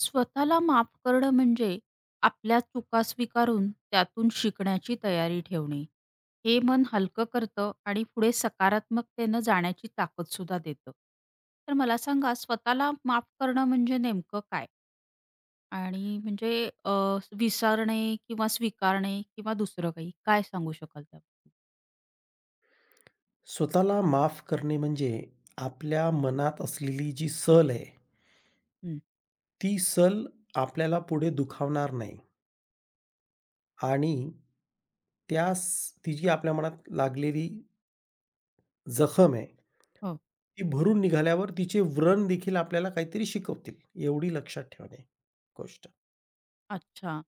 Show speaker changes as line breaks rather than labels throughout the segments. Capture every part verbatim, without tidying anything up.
स्वतःला माफ करणं म्हणजे आपल्या चुका स्वीकारून त्यातून शिकण्याची तयारी ठेवणे. हे मन हलकं करतं आणि पुढे सकारात्मकतेनं जाण्याची ताकद सुद्धा देतं. तर मला सांगा स्वतःला माफ करणं म्हणजे नेमकं काय? आणि म्हणजे अ, विसरणे किंवा स्वीकारणे किंवा दुसरं काही? काय सांगू शकाल त्याबद्दल?
स्वतःला माफ करणे म्हणजे आपल्या मनात असलेली जी सल आहे,
हं.
ती सल आपल्याला पुढे दुखावणार नाही आणि त्या स ती जी आपल्या मनात लागलेली जखम आहे,
हो.
ती भरून निघाल्यावर तिचे व्रण देखील आपल्याला काहीतरी शिकवतील, एवढी लक्षात ठेवणे गोष्ट.
अच्छा.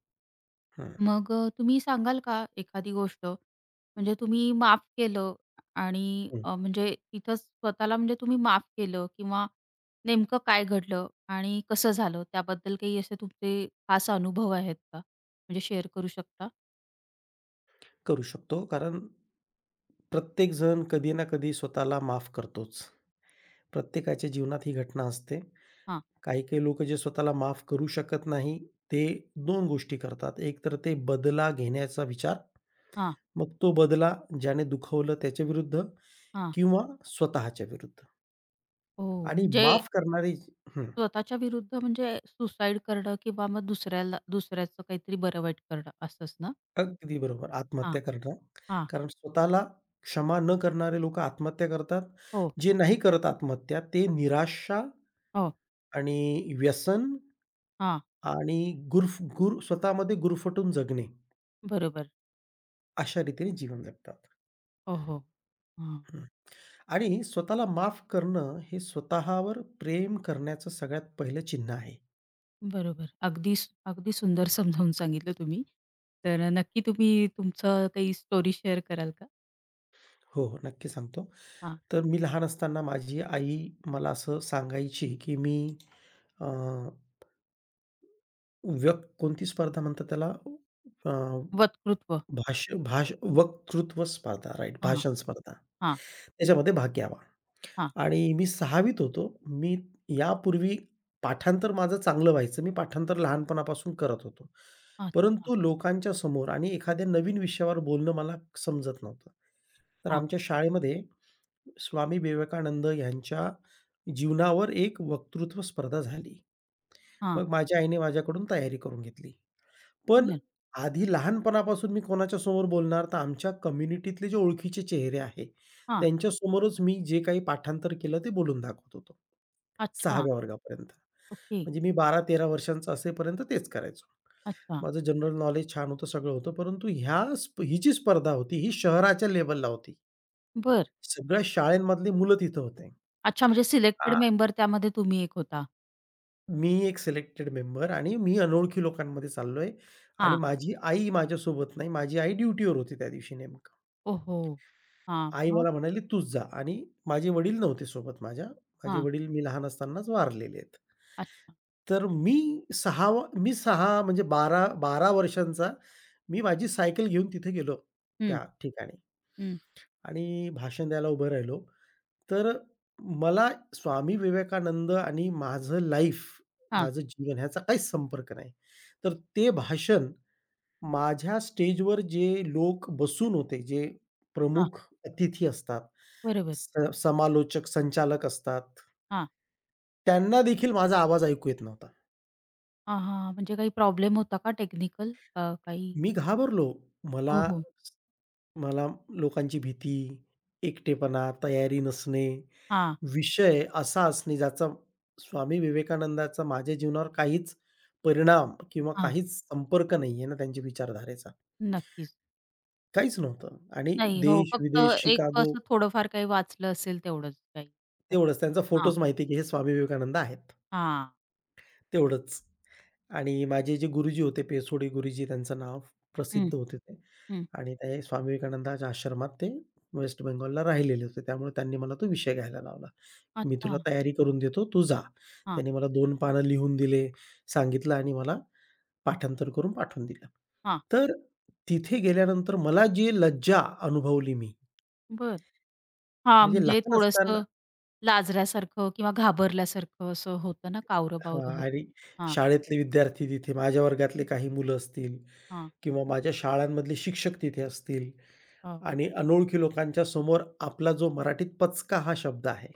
हं,
मग अ, तुम्ही सांगाल का एखादी गोष्ट? म्हणजे तुम्ही माफ केलं आणि
हं.
अ, म्हणजे तिथंच स्वतःला म्हणजे तुम्ही माफ केलं किंवा नेमकं काय घडलं आणि कसं झालं? त्याबद्दल काही असे तुमचे खास अनुभव आहेत का? म्हणजे शेअर करू शकता?
करू शकतो कारण प्रत्येकजण कधी ना कधी स्वतःला माफ करतोच. प्रत्येकाच्या जीवनात ही घटना असते.
हां,
काही-काही लोकं जे स्वतःला माफ करू शकत नाही, ते दोन गोष्टी करतात. एक तर ते बदला घेण्याचा विचार,
हां,
मग तो बदला ज्याने दुखवलं त्याच्याविरुद्ध
हां.
किंवा स्वतःच्या विरुद्ध.
हो,
आणि
म्हणजे
माफ करणारी हं,
स्वतःच्या विरुद्ध म्हणजे सुसाईड करणं किंवा मग दुसऱ्याला दुसऱ्याचं काहीतरी बरं वाईट करणं असंच ना?
अगदी बरोबर.
हां,
आत्महत्या करणं.
हां.
कारण स्वतःला क्षमा न करणारे लोकं आत्महत्या करतात.
हो,
जे नाही करत आत्महत्या ते निराशा
हो.
आणि व्यसन
हां,
आणि गुरफ गुर स्वतःमध्ये गुरफटून जगणे,
बरोबर.
अशा रीतीने जीवन जगतात.
हो, हो. हां.
आणि स्वतःला माफ करणं हे स्वतःवर प्रेम करण्याचं सगळ्यात पहिलं चिन्ह आहे.
बरोबर. अगदी सु अगदी सुंदर समजावून सांगितलं तुम्ही. तर अ, नक्की तुम्ही तुमचं काही स्टोरी शेअर कराल का?
हो, हो. नक्की सांगतो.
हां.
तर मी लहान असताना माझी आई मला असं सांगायची, की मी अ, व्यक कोणती स्पर्धा म्हणतात त्याला? अ,
वक्तृत्व.
भाष्य भाष वक्तृत्व स्पर्धा राइट
हां, हां.
भाषण स्पर्धा.
हां,
त्याच्यामध्ये भाग घ्यावा. आणि मी 6वीत होतो. मी यापूर्वी पाठांतर माझं चांगलं व्हायचं. मी पाठांतर लहानपणापासून करत होतो.
अच्छा.
परंतु लोकांच्या समोर आणि एखाद्या नवीन विषयावर बोलणं मला समजत नव्हतं. तर
हां,
आमच्या शाळेमध्ये स्वामी विवेकानंद यांच्या जीवनावर एक वक्तृत्व स्पर्धा झाली.
हां.
मग माझ्या आईने माझ्याकडून तयारी करून घेतली. पण
बरं.
आधी लहानपणापासून मी कोणाच्या समोर बोलणार? तर आमच्या कम्युनिटीतले जे ओळखीचे चेहरे आहे,
हां.
त्यांच्यासमोरच मी जे काही पाठांतर केलं ते बोलून दाखवत होतो.
अच्छा.
6व्या वर्गापर्यंत.
ओके.
म्हणजे मी बारा तेरा वर्षांचा असेपर्यंत तेच करायचो.
अच्छा.
माझं जनरल नॉलेज छान होतं, सगळं होतं. परंतु ह्या स्प ही जी स्पर्धा होती, ही शहराच्या लेव्हलला होती.
बरं.
सगळ्या शाळेमधली मुलं तिथं होते.
अच्छा म्हणजे
आ,
सिलेक्टेड मेंबर त्यामध्ये तुम्ही एक होता.
मी एक सिलेक्टेड मेंबर आणि मी अनोळखी लोकांमध्ये चाललोय आणि
हां.
माझी आई माझ्यासोबत नाही. माझी आई ड्युटीवर होती त्या दिवशी नेमकं.
ओहो! हां.
आई
मग?
मला म्हणाली, "तूच जा" आणि माझे वडील नव्हते सोबत माझ्या. माझे
हां.
वडील मी लहान असतानाच वारलेले आहेत.
अच्छा.
तर मी सहा वा मी सहा म्हणजे बारा बारा वर्षांचा मी माझी सायकल घेऊन तिथे गेलो
हं,
त्या ठिकाणी
हं.
आणि भाषण द्यायला उभं राहिलो. तर मला स्वामी विवेकानंद आणि माझं लाईफ,
हां,
माझं जीवन ह्याचा काहीच संपर्क नाही. तर ते भाषण माझ्या स्टेजवर जे लोक बसून होते, जे
हां.
प्रमुख अतिथी असतात,
बरोबर.
स समालोचक, संचालक असतात,
हां.
त्यांना देखील माझा आवाज ऐकू येत नव्हता.
हां, हां. म्हणजे काही प्रॉब्लेम होता का टेक्निकल? काही?
मी घाबरलो. मला
हो, हो.
मला लोकांची भीती, एकटेपणा, तयारी नसणे,
हां,
विषय असा असणे ज्याचा स्वामी विवेकानंदाचा माझ्या जीवनावर काहीच परिणाम किंवा
हां.
काहीच संपर्क नाहीये ना त्यांच्या विचारधारेचा.
नक्कीच.
काहीच नव्हतं आणि
नाही. हो, फक्त
देश-विदेश,
एक
शिकागो
असं थोडंफार काही वाचलं असेल तेवढंच काही.
तेवढंच त्यांचा
हां,
फोटोच माहिती आहे, की हे स्वामी विवेकानंद आहेत.
हां.
तेवढंच. आणि माझे जे गुरुजी होते पेसोडी गुरुजी त्यांचं नाव
हं,
प्रसिद्ध होते ते.
हं.
आणि ते स्वामी विवेकानंदाच्या आश्रमात ते वेस्ट बेंगॉलला राहिलेले होते. त्यामुळे त्यांनी मला तो विषय घ्यायला लावला. "मी तुला
अच्छा.
तयारी करून देतो, तू जा."
हां,
त्यांनी मला दोन पानं लिहून दिले, सांगितलं आणि मला पाठांतर करून पाठवून दिलं.
हां.
तर तिथे गेल्यानंतर मला जी लज्जा अनुभवली मी,
बरं. हां,
म्हणजे
म्हणजे
लहान असताना
थोडंसं लाजऱ्यासारखं किंवा घाबरल्यासारखं असं होतं ना,
हां
कावरं-बावरं होतं.
आणि
हां,
शाळेतले विद्यार्थी तिथे, माझ्या वर्गातले काही मुलं असतील
हां,
किंवा माझ्या शाळांमधले शिक्षक तिथे असतील
हो.
आणि अनोळखी लोकांच्या समोर आपला जो मराठीत पचका हा शब्द आहे,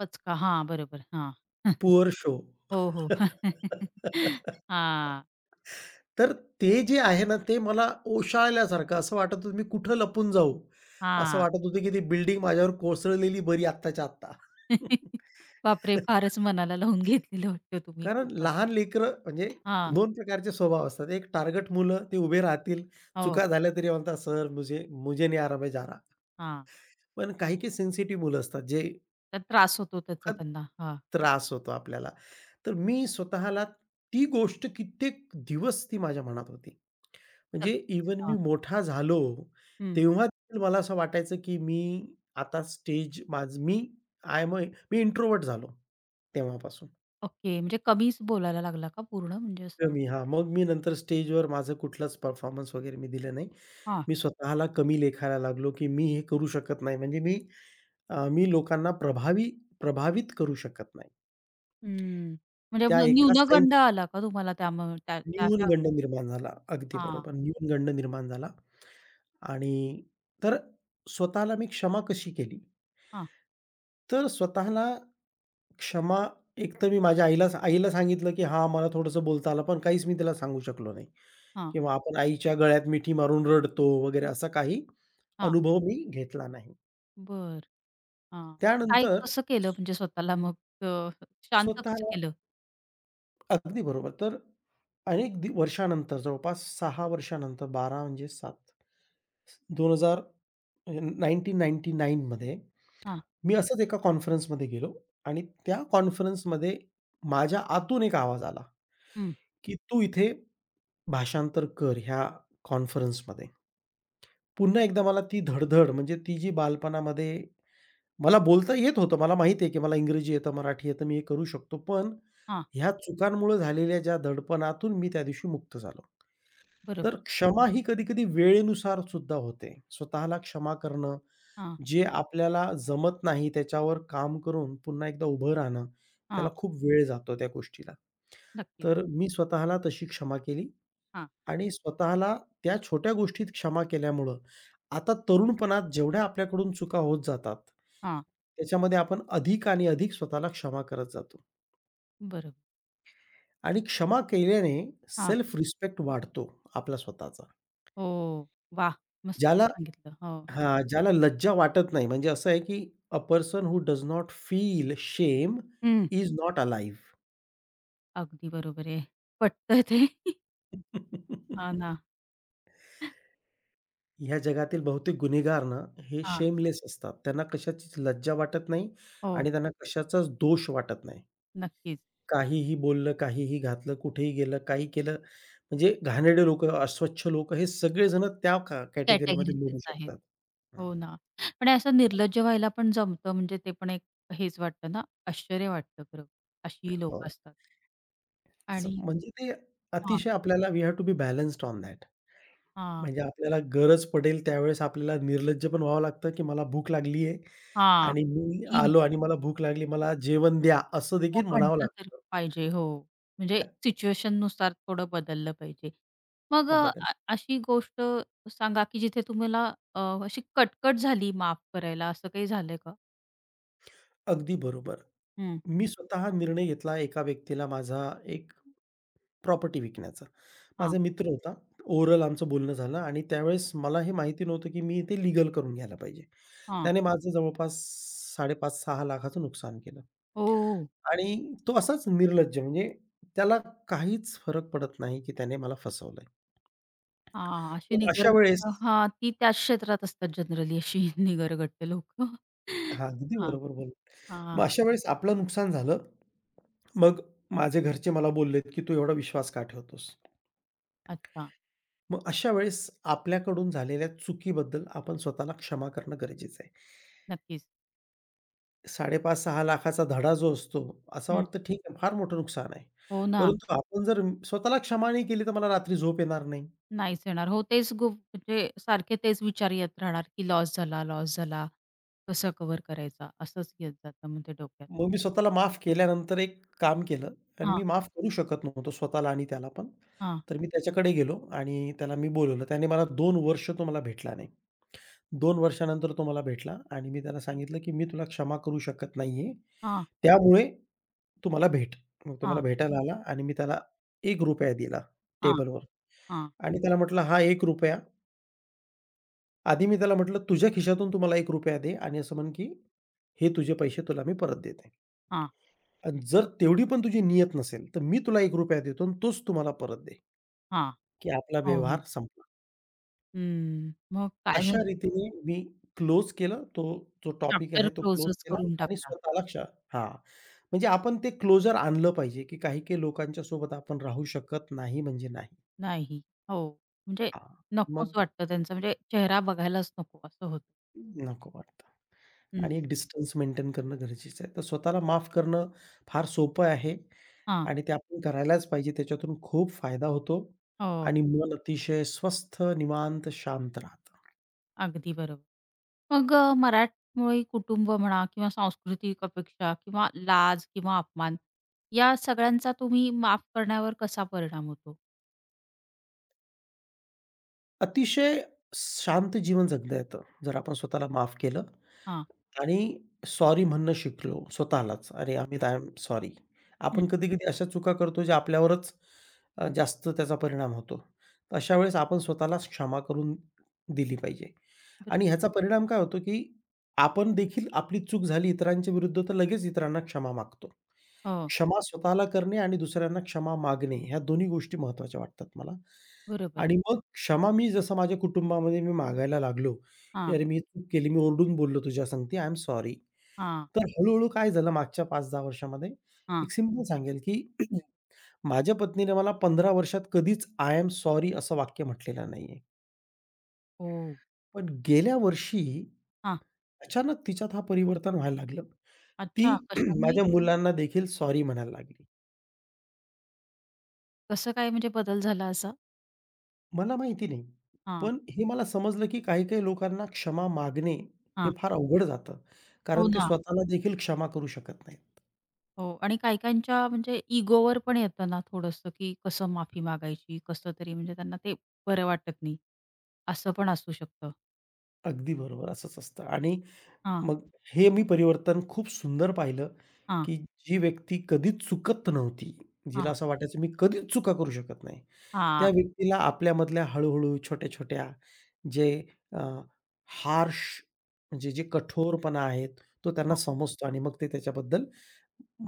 पचका. हां, बरोबर. हां.
Poor show.
हो, हो. हां,
तर ते जे आहे ना, ते मला ओशाळल्यासारखं असं वाटत होतं मी कुठं लपून जाऊ? असं
हां.
वाटत होतं की ती बिल्डिंग माझ्यावर कोसळलेली बरी आत्ताच्या आत्ता.
बापरे! फारच मनाला लावून घेतलेलं वाटतं तुम्ही
कारण
खूपच.
लहान लेकरं म्हणजे
हां,
दोन प्रकारचे स्वभाव असतात. एक टार्गेट मुलं, ती उभे राहतील.
हो.
चुका झाल्या तरी म्हणतात, "सर मुझे मुझे नहीं आ रहा, जा रहा."
हां.
पण काही-काही सेन्सिटिव्ह मुलं असतात, जे
तर त्रास होतो त्याचा
खत
त्यांना. हां.
त्रास होतो आपल्याला. तर मी स्वतःला ती गोष्ट कित्येक दिवस ती माझ्या मनात होती. म्हणजे इव्हन मी
चला.
मोठा झालो,
हं.
तेव्हा देखील मला असं वाटायचं, की मी आता स्टेज माझ मी आय एम मी इंट्रोव्हर्ट झालो तेव्हापासून.
ओके. म्हणजे कमीच बोलायला लागला का पूर्ण म्हणजे असं?
कमी. हां, मग मी नंतर स्टेजवर माझं कुठलाच परफॉर्मन्स वगैरे मी दिला नाही.
हां.
मी स्वतःला कमी लेखायला लागलो, की मी हे करू शकत नाही. म्हणजे मी अ, मी लोकांना प्रभावी प्रभावित करू शकत नाही.
हं. म्हणजे
त्या
मग
एका सेन्स
न्यूनगंड आला का तुम्हाला त्यामुळे त्या त्या अशा
न्यूनगंड निर्माण झाला. अगदी
हां,
बरोबर. न्यूनगंड निर्माण झाला आणि तर स्वतःला मी क्षमा कशी केली?
हां,
तर स्वतःला क्षमा एकतर मी माझ्या आईला आईला सांगितलं, की "हां, मला थोडंसं बोलता आलं." पण काहीच मी त्याला सांगू शकलो नाही
हां,
किंवा आपण आईच्या गळ्यात मिठी मारून रडतो वगैरे असा काही
हां.
अनुभव मी घेतला नाही.
बरं. हां. मग काय
त्यानंतर
कसं केलं म्हणजे स्वतःला मग अ,
स्व
शांत कसं
स्वतःला
केलं?
अगदी बरोबर. तर अनेक दि वर्षानंतर जवळपास सहा वर्षानंतर बारा म्हणजे सात दोन हजार अ, एकोणीसशे नव्व्याण्णव मध्ये
हां.
मी असंच एका कॉन्फरन्समध्ये गेलो आणि त्या कॉन्फरन्समध्ये माझ्या आतून एक आवाज आला,
हं.
की "तू इथे भाषांतर कर ह्या कॉन्फरन्समध्ये. पुन्हा एकदा मला ती धड म्हणजे ती जी बालपणामध्ये मला बोलता येत होतं. मला माहीत आहे, की मला इंग्रजी येतं, मराठी येतं, मी हे करू शकतो. पण
हां.
ह्या चुकांमुळे झालेल्या ज्या दडपणातून मी त्या दिवशी मुक्त झालो. तर
बरोबर.
क्षमा ही कधी-कधी वेळेनुसार सुद्धा होते. स्वतःला क्षमा करणं,
हां,
जे आपल्याला जमत नाही त्याच्यावर काम करून पुन्हा एकदा उभं राहणं, त्याला
हां.
खूप वेळ जातो त्या गोष्टीला.
नक्कीच.
तर मी स्वतःला तशी क्षमा केली
हां,
आणि स्वतःला त्या छोट्या गोष्टीत क्षमा केल्यामुळं, आता तरुणपणात जेवढ्या आपल्याकडून चुका होत जातात,
हां.
त्याच्यामध्ये आपण अधिक आणि अधिक स्वतःला क्षमा करत जातो.
बरोबर.
आणि क्षमा केल्याने
हां.
सेल्फ रिस्पेक्ट वाढतो आपला स्वतःचा.
हो. वाह! मस्तच
ज्याला
सांगितलं. हो.
हां, ज्याला लज्जा वाटत नाही म्हणजे असं आहे, की a person who does not feel shame
हं.
Is not alive.
अगदी बरोबर आहे. पटतंय ते. हां ना.
ह्या जगातील बहुतेक गुन्हेगार ना, हे
हां.
शेमलेस असतात. त्यांना कशाचीच लज्जा वाटत नाही
हो.
आणि त्यांना कशाचाच दोष वाटत नाही.
नक्कीच.
काहीही बोललं, काहीही घातलं, कुठेही गेलं, काही केलं, म्हणजे घाणेरडे लोकं, अस्वच्छ लोकं हे सगळेजण त्या का कॅटेगरीमध्ये मोडू
कॅटेगरीतलेच आहेत.
शकतात.
हो ना. पण असं निर्लज्ज व्हायला पण जमतं म्हणजे ते पण एक हेच वाटतं ना, आश्चर्य वाटतं खरं. अशीही
हो.
लोकं असतात
असं
आणि
म्हणजे ते
हां,
अतिशय आपल्याला we have to be balanced on that.
हां,
म्हणजे आपल्याला गरज पडेल त्यावेळेस आपल्याला निर्लज्ज पण व्हावं लागतं, की मला भूक लागली आहे
हां.
आणि मी
की
आलो आणि मला भूक लागली, मला जेवण द्या, असं
हो
देखील म्हणावं
म्हटलं तर
लागतं
पाहिजे. हो. म्हणजे सिच्युएशननुसार थोडं बदललं पाहिजे. मग अ,
बदल.
अ, अशी गोष्ट सांगा की जिथे तुम्हाला अ, अशी कटकट झाली माफ करायला असं काही झालंय का?
अगदी बरोबर.
हं.
मी स्वतः निर्णय घेतला एका व्यक्तीला माझा एक प्रॉपर्टी विकण्याचा.
हां,
माझा मित्र होता. ओरल आमचं बोलणं झालं आणि त्यावेळेस मला हे माहिती नव्हतं, की मी ते लीगल करून घ्यायला पाहिजे.
हां.
त्याने माझं जवळपास साडेपाच-सहा लाखाचं नुकसान केलं
हो.
आणि तो असाच निर्लज्ज म्हणजे त्याला काहीच फरक पडत नाही, की त्याने मला फसवलंय.
हां, अशी
मग अशा वेळेस
निगरगट्ट हां, ती त्याच क्षेत्रात असतात जनरली अशी निगरगट्ट लोकं.
हां, अगदी
हां,
बरोबर बोलला.
हां.
मग अशा वेळेस आपलं नुकसान झालं. मग माझे घरचे मला बोललेत, की "तू एवढा विश्वास का ठेवतोस?"
अच्छा,
मग अशा वेळेस आपल्याकडून झालेल्या चुकीबद्दल आपण स्वतःला क्षमा करणं गरजेचं आहे.
नक्कीच.
₹5,पाच सहा लाखाचा धडा जो असतो, असं
हं.
वाटतं ठीक आहे, फार मोठं नुकसान आहे.
हो ना,
परंतु आपण जर स्वतःला क्षमा नाही केली, तर मला रात्री झोप येणार नाही.
नाहीच येणार. हो, तेच गुप म्हणजे सारखे तेच विचार येत राहणार, की लॉस झाला, लॉस झाला. कसा कव्हर करायचा? असंच येत जातं मग ते डोक्यात.
मग मी स्वतःला माफ केल्यानंतर एक काम केलं आणि
हां,
मी माफ करू शकत नव्हतो स्वतःला आणि त्याला पण.
हां,
तर मी त्याच्याकडे गेलो आणि त्याला मी बोलावलं. त्याने मला दोन वर्ष तो मला भेटला नाही. दोन वर्षानंतर तो मला भेटला आणि मी त्याला सांगितलं, की "मी तुला क्षमा करू शकत नाहीये.
हां,
त्यामुळे" "तू मला भेट." मग तो मला
हां,
भेटायला आला आणि मी त्याला एक रुपया दिला
हां,
टेबलवर
हां,
आणि त्याला म्हटलं, "हा ₹एक रुपया." आधी मी त्याला म्हटलं, "तुझ्या खिशातून तू मला ₹एक रुपया दे आणि असं म्हण, की हे तुझे पैसे तुला मी परत देते."
हां,
आणि जर तेवढी पण तुझी नियत नसेल, तर मी तुला ₹एक रुपया देतो आणि तोच तू परत दे,
हां.
की आपला
हो, हो.
व्यवहार संपला.
हं. मग काय
अशा
झालं?
रीतीने मी क्लोज केलं. तो जो टॉपिक
चॅप्टर
आहे तो क्लोज
क्लोजच
केला
करून
आणि
टाकला.
स्वतःला क्ष हां, म्हणजे आपण ते क्लोजर आणलं पाहिजे, की काही-काही लोकांच्या सोबत आपण राहू शकत नाही म्हणजे नाही.
नाही. हो. म्हणजे
हां,
नकोच
मग
वाटतं त्यांचा म्हणजे चेहरा बघायलाच नको असं होतं.
नको वाटतं
हं.
आणि एक डिस्टन्स मेंटेन करणं गरजेचं आहे. तर स्वतःला माफ करणं फार सोपं आहे
हां.
आणि ते आपण करायलाच पाहिजे. त्याच्यातून खूप फायदा होतो
हो.
आणि मन अतिशय स्वस्थ, निवांत, शांत राहतं.
अगदी बरोबर. मग अ, मराठमोळी कुटुंब म्हणा किंवा सांस्कृतिक अपेक्षा किंवा लाज किंवा अपमान या सगळ्यांचा तुम्ही माफ करण्यावर कसा परिणाम होतो?
अतिशय शांत जीवन जगता येतं, जर आपण स्वतःला माफ केलं
हां.
आणि सॉरी म्हणणं शिकलो स्वतःलाच. "अरे, अमित, आय एम सॉरी."
हं.
आपण कधी-कधी अशा चुका करतो ज्या आपल्यावरच अ, जास्त त्याचा परिणाम होतो. तर अशा वेळेस आपण स्वतःलाच क्षमा करून दिली पाहिजे. आणि
बरोबर.
ह्याचा परिणाम काय होतो, की आपण देखील आपली चूक झाली इतरांच्या विरुद्ध तर लगेच इतरांना क्षमा मागतो.
हो.
क्षमा स्वतःला करणे आणि दुसऱ्यांना क्षमा मागणे ह्या दोन्ही गोष्टी महत्त्वाच्या वाटतात मला.
बरोबर.
आणि मग क्षमा मी जसं माझ्या कुटुंबामध्ये मी मागायला लागलो की
हां,
"अरे, मी चूक केली. मी ओरडून बोललो तुझ्या संगती. I am sorry."
हां,
तर हळू-हळू काय झालं मागच्या पाच दहा वर्षामध्ये,
हां.
एक सिंपल सांगेल की माझ्या पत्नीने मला पंधरा वर्षात कधीच "आय एम सॉरी" असं वाक्य म्हटलेलं नाहीये.
हो.
पण गेल्या वर्षी
हां.
अचानक तिच्यात हा परिवर्तन व्हायला लागलं. ती
अच्छा. कशामुळे?
माझ्या मुलांना देखील सॉरी म्हणायला लागली.
कसं काय म्हणजे बदल झाला असा?
मला माहिती नाही.
हां,
पण हे मला समजलं की काही-काही लोकांना क्षमा मागणे हे
हां.
फार अवघड जातं.
हो
कारण ते
ना.
स्वतःला देखील क्षमा करू शकत नाहीत.
हो आणि काही-काहींच्या म्हणजे इगोवर पण येतं ना थोडंसं, की कसं माफी मागायची, कसं तरी म्हणजे त्यांना ते बरं वाटत नाही. असं पण असू शकतं.
अगदी बरोबर असंच असतं आणि
हां,
मग हे मी परिवर्तन खूप सुंदर पाहिलं,
हां,
की जी व्यक्ती कधीच चुकत नव्हती, जिला
हां,
असं वाटायचं मी कधीच चुका करू शकत नाही. त्या
हां.
व्यक्तीला आपल्यामधल्या हळू-हळू, छोट्या-छोट्या जे अ, हार्श म्हणजे जे कठोरपणा आहे, तो त्यांना
हो,
समजतो आणि मग ते त्याच्याबद्दल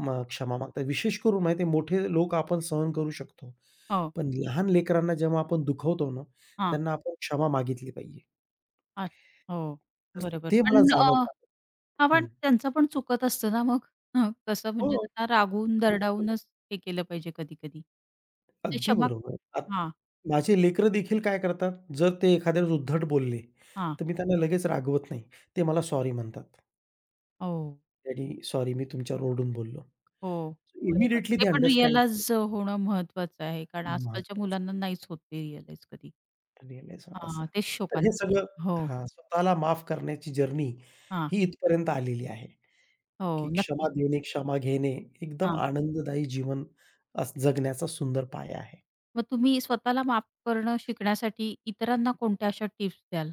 म क्षमा मागतात. विशेष करून माहिती आहे मोठे लोक आपण सहन करू शकतो.
हो,
पण लहान लेकरांना जेव्हा आपण दुखवतो ना,
हां,
त्यांना आपण क्षमा मागितली पाहिजे.
अच्छा. हो,
तर
बरोबर.
ते मला
पण अ,
जाणवतं.
हां, पण
हं.
त्यांचं पण चुकत असतं ना मग. हं, कसं म्हणजे त्यांना रागवून,
हो.
दरडावूनच हे केलं पाहिजे कधी-कधी. ते
अगदी
क्षमा
बरोबर. आत
हां,
माझी लेकरं देखील काय करतात, जर ते एखाद्या वेळेस उद्धट बोलले,
हां.
तर मी त्यांना लगेच रागवत नाही. ते मला सॉरी म्हणतात.
हो,
"डॅडी सॉरी मी तुमच्यावर ओरडून बोललो."
हो, बरोबर.
इमिडिएटली
ते
दे
पण
अंडरस्टँड
रिअलाइज होणं महत्वाचं आहे, कारण आजकालच्या
महत्वाचं
मुलांना नाहीच होत ते रिअलाइज कधी.
रिअलाईज होणं असं.
हां, तेच
तर हे
शोकांतिका आहे.
सगळं
हो,
हां, स्वतःला माफ करण्याची जर्नी
हां,
ही इथपर्यंत आलेली आहे, की
हो,
क्षमा
नक्कीच.
देणे, क्षमा घेणे एकदम
हां,
आनंददायी जीवन अस जगण्याचा सुंदर पाया आहे.
मग तुम्ही स्वतःला माफ करणं शिकण्यासाठी इतरांना कोणत्या अशा टिप्स द्याल?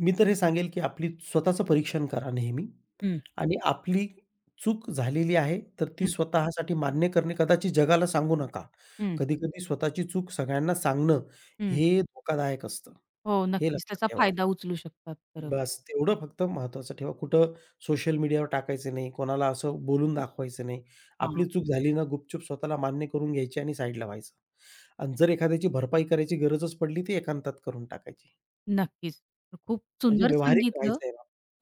मी तर हे सांगेल, की आपली स्वतःचं परीक्षण करा नेहमी
हं,
आणि आपली चूक झालेली आहे, तर ती
हं,
स्वतःसाठी मान्य करणे कदाचित जगाला सांगू नका.
हं,
कधी-कधी स्वतःची चूक सगळ्यांना सांगणं
हं.
हे धोकादायक असतं.
हो,
हे
नक्कीच
लक्षात
त्याचा
ठेवा.
फायदा उचलू शकतात. बरोबर.
बस तेवढं फक्त महत्त्वाचं ठेवा. कुठं सोशल मीडियावर टाकायचं नाही, कोणाला असं बोलून दाखवायचं नाही. आपली
हां.
चूक झाली ना, गुपचूप स्वतःला मान्य करून घ्यायची आणि साईडला व्हायचं. आणि जर एखाद्याची भरपाई करायची गरजच पडली, ती एकांतात करून टाकायची.
नक्कीच. तर खूप
म्हणजे
सुंदर
व्यावहारिक
सांगितलं.
राहायचं आहे.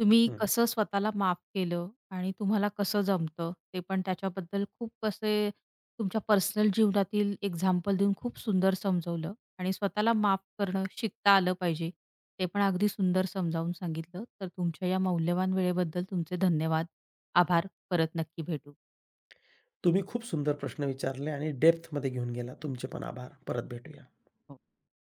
तुम्ही कसं स्वतःला माफ केलं आणि तुम्हाला कसं जमतं ते पण त्याच्याबद्दल खूप असे तुमच्या पर्सनल जीवनातील एक्झाम्पल देऊन खूप सुंदर समजवलं आणि स्वतःला माफ करणं शिकता आलं पाहिजे. ते पण अगदी सुंदर समजावून सांगितलं. तर तुमच्या या मौल्यवान वेळेबद्दल तुमचे धन्यवाद. आभार. परत नक्की भेटू.
तुम्ही खूप सुंदर प्रश्न विचारले आणि डेप्थमध्ये घेऊन गेला. तुमचे पण आभार. परत भेटूया.
हो.